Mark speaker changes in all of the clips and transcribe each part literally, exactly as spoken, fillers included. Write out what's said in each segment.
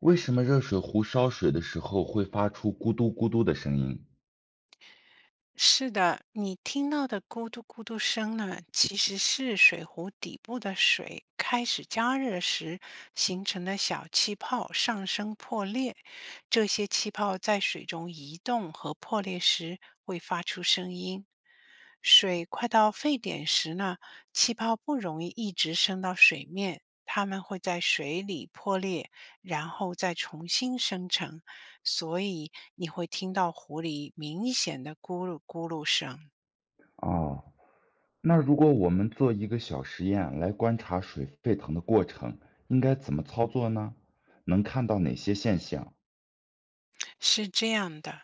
Speaker 1: 为什么热水壶烧水的时候会发出咕嘟咕嘟的声音？
Speaker 2: 是的，你听到的咕嘟咕嘟声呢，其实是水壶底部的水开始加热时形成的小气泡上升破裂。这些气泡在水中移动和破裂时会发出声音。水快到沸点时呢，气泡不容易一直升到水面，它们会在水里破裂，然后再重新生成。所以你会听到狐狸明显的咕噜咕噜声。
Speaker 1: 哦，那如果我们做一个小实验来观察水沸腾的过程，应该怎么操作呢？能看到哪些现象？
Speaker 2: 是这样的，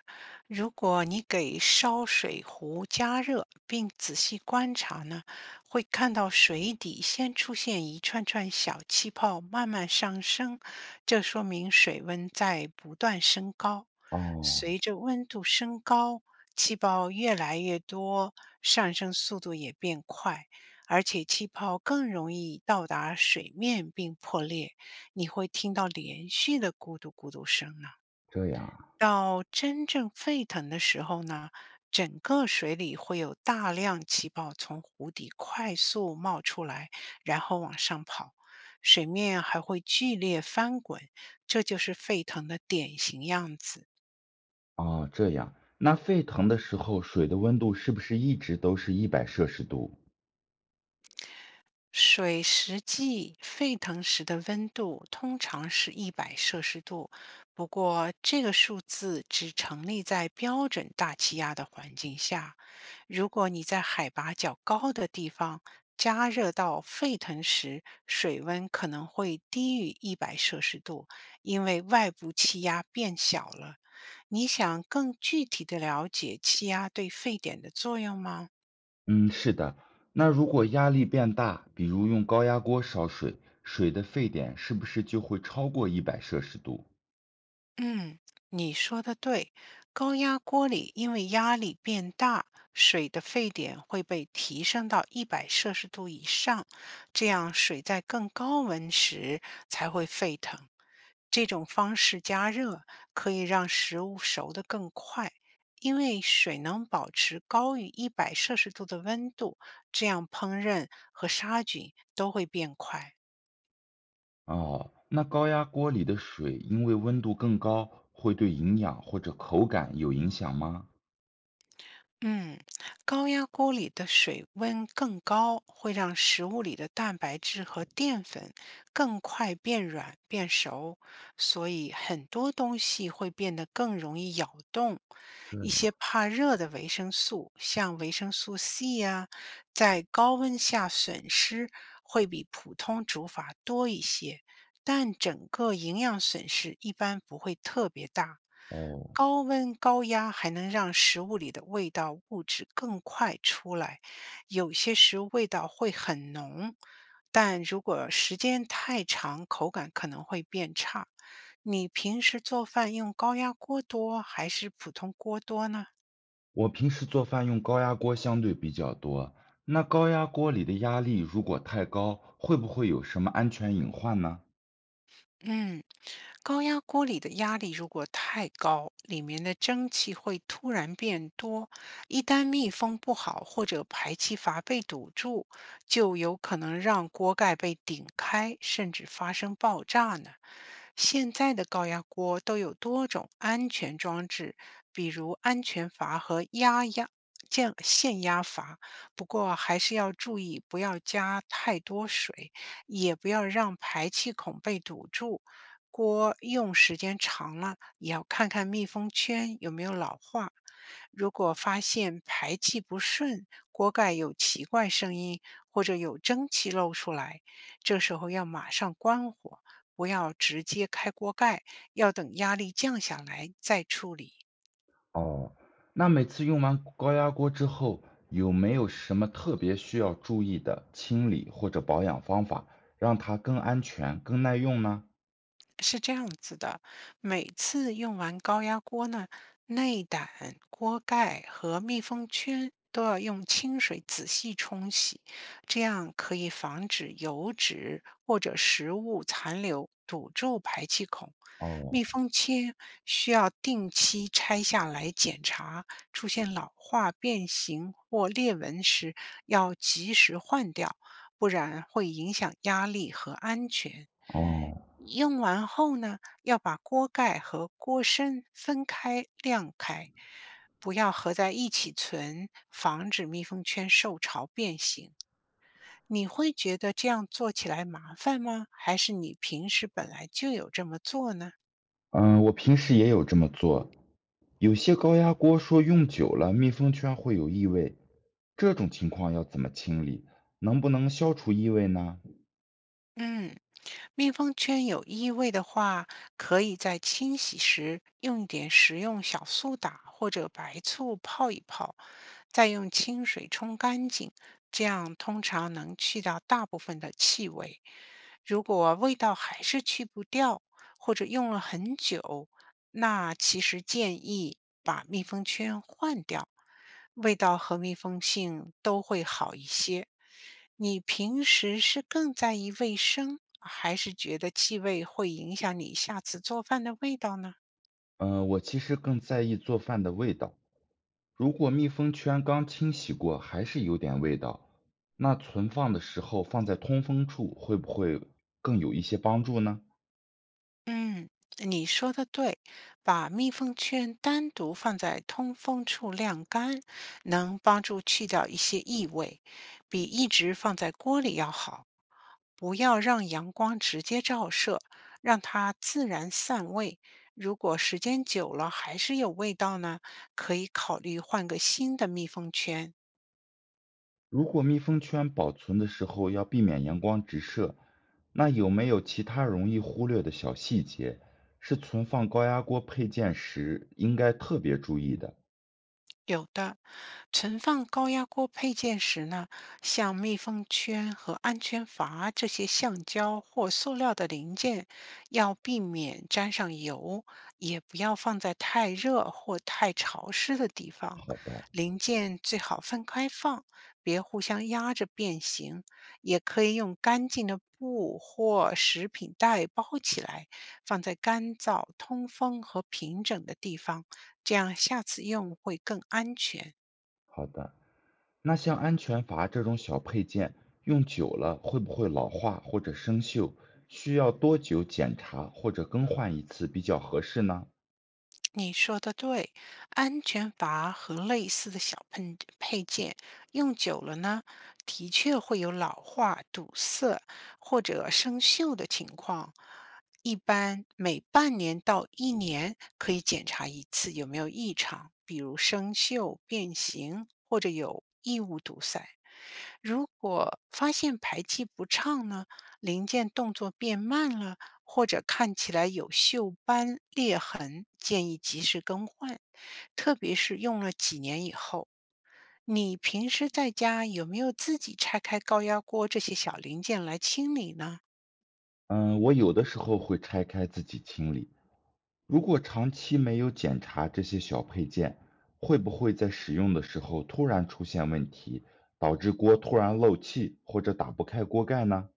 Speaker 2: 如果你给烧水壶加热并仔细观察呢，会看到水底先出现一串串小气泡，慢慢上升，这说明水温在不断升高。
Speaker 1: 哦，
Speaker 2: 随着温度升高，气泡越来越多，上升速度也变快，而且气泡更容易到达水面并破裂。你会听到连续的咕嘟咕嘟声呢。
Speaker 1: 这样
Speaker 2: 到真正沸腾的时候呢，整个水里会有大量气泡从湖底快速冒出来，然后往上跑，水面还会剧烈翻滚，这就是沸腾的典型样子。
Speaker 1: 啊，哦，这样。那沸腾的时候，水的温度是不是一直都是一百摄氏度？
Speaker 2: 水实际沸腾时的温度通常是一百摄氏度，不过这个数字只成立在标准大气压的环境下。如果你在海拔较高的地方加热到沸腾时，水温可能会低于一百摄氏度，因为外部气压变小了。你想更具体的了解气压对沸点的作用吗？
Speaker 1: 嗯，是的。那如果压力变大，比如用高压锅烧水，水的沸点是不是就会超过一百摄氏度？
Speaker 2: 嗯，你说的对，高压锅里因为压力变大，水的沸点会被提升到一百摄氏度以上，这样水在更高温时才会沸腾。这种方式加热可以让食物熟得更快，因为水能保持高于一百摄氏度的温度，这样烹饪和杀菌都会变快。
Speaker 1: 哦，那高压锅里的水因为温度更高，会对营养或者口感有影响吗？
Speaker 2: 嗯，高压锅里的水温更高，会让食物里的蛋白质和淀粉更快变软变熟，所以很多东西会变得更容易咬动。
Speaker 1: 这
Speaker 2: 一
Speaker 1: 样，
Speaker 2: 些怕热的维生素，像维生素 C 呀、在高温下损失会比普通煮法多一些，但整个营养损失一般不会特别大。
Speaker 1: 哦，
Speaker 2: 高温高压还能让食物里的味道物质更快出来，有些食物味道会很浓，但如果时间太长，口感可能会变差。你平时做饭用高压锅多还是普通锅多呢？
Speaker 1: 我平时做饭用高压锅相对比较多，那高压锅里的压力如果太高，会不会有什么安全隐患呢？
Speaker 2: 嗯，高压锅里的压力如果太高，里面的蒸汽会突然变多，一旦密封不好或者排气阀被堵住，就有可能让锅盖被顶开，甚至发生爆炸呢。现在的高压锅都有多种安全装置，比如安全阀和压压。降限压阀，不过还是要注意不要加太多水。也不要让排气孔被堵住。锅用时间长了，也要看看密封圈有没有老化。如果发现排气不顺，锅盖有奇怪声音或者有蒸汽漏出来，这时候要马上关火，不要直接开锅盖，要等压力降下来再处理。
Speaker 1: 哦，那每次用完高压锅之后，有没有什么特别需要注意的清理或者保养方法，让它更安全、更耐用呢？
Speaker 2: 是这样子的，每次用完高压锅呢，内胆、锅盖和密封圈都要用清水仔细冲洗，这样可以防止油脂或者食物残留堵住排气孔。
Speaker 1: 哦，
Speaker 2: 密封圈需要定期拆下来检查，出现老化、变形或裂纹时要及时换掉，不然会影响压力和安全。
Speaker 1: 哦。
Speaker 2: 用完后呢，要把锅盖和锅身分开晾开，不要合在一起存，防止密封圈受潮变形。你会觉得这样做起来麻烦吗？还是你平时本来就有这么做呢？
Speaker 1: 嗯，我平时也有这么做。有些高压锅说用久了密封圈会有异味，这种情况要怎么清理？能不能消除异味呢？
Speaker 2: 嗯，密封圈有异味的话，可以在清洗时用一点食用小苏打或者白醋泡一泡，再用清水冲干净，这样通常能去掉大部分的气味。如果味道还是去不掉，或者用了很久，那其实建议把密封圈换掉，味道和密封性都会好一些。你平时是更在意卫生，还是觉得气味会影响你下次做饭的味道呢？
Speaker 1: 嗯，我其实更在意做饭的味道。如果密封圈刚清洗过还是有点味道，那存放的时候放在通风处会不会更有一些帮助呢？
Speaker 2: 嗯，你说的对，把密封圈单独放在通风处晾干，能帮助去掉一些异味，比一直放在锅里要好。不要让阳光直接照射，让它自然散味。如果时间久了还是有味道呢，可以考虑换个新的密封圈。
Speaker 1: 如果密封圈保存的时候要避免阳光直射，那有没有其他容易忽略的小细节，是存放高压锅配件时应该特别注意的？
Speaker 2: 有的，存放高压锅配件时呢，像密封圈和安全阀这些橡胶或塑料的零件，要避免沾上油，也不要放在太热或太潮湿的地方。
Speaker 1: 好的，
Speaker 2: 零件最好分开放，别互相压着变形。也可以用干净的布或食品袋包起来，放在干燥、通风和平整的地方。这样下次用会更安全。
Speaker 1: 好的。那像安全阀这种小配件，用久了会不会老化或者生锈？需要多久检查或者更换一次比较合适呢？
Speaker 2: 你说的对，安全阀和类似的小配配件用久了呢，的确会有老化、堵塞或者生锈的情况。一般每半年到一年可以检查一次有没有异常，比如生锈、变形或者有异物堵塞。如果发现排气不畅呢，零件动作变慢了。或者看起来有锈斑裂痕，建议及时更换，特别是用了几年以后。你平时在家有没有自己拆开高压锅这些小零件来清理呢？
Speaker 1: 嗯，我有的时候会拆开自己清理，如果长期没有检查这些小配件，会不会在使用的时候突然出现问题，导致锅突然漏气或者打不开锅盖呢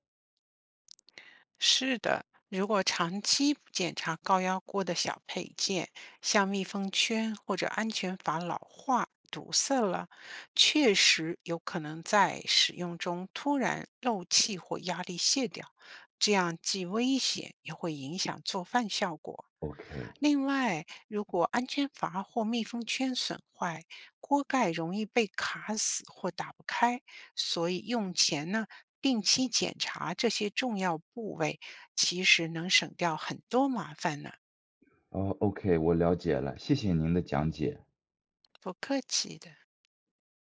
Speaker 2: 是的，如果长期不检查高压锅的小配件，像密封圈或者安全阀老化、堵塞了，确实有可能在使用中突然漏气或压力泄掉，这样既危险也会影响做饭效果。
Speaker 1: ？OK，
Speaker 2: 另外，如果安全阀或密封圈损坏，锅盖容易被卡死或打不开，所以用前呢，定期检查这些重要部位，其实能省掉很多麻烦呢。
Speaker 1: 呃，OK，我了解了，谢谢您的讲解。
Speaker 2: 不客气的。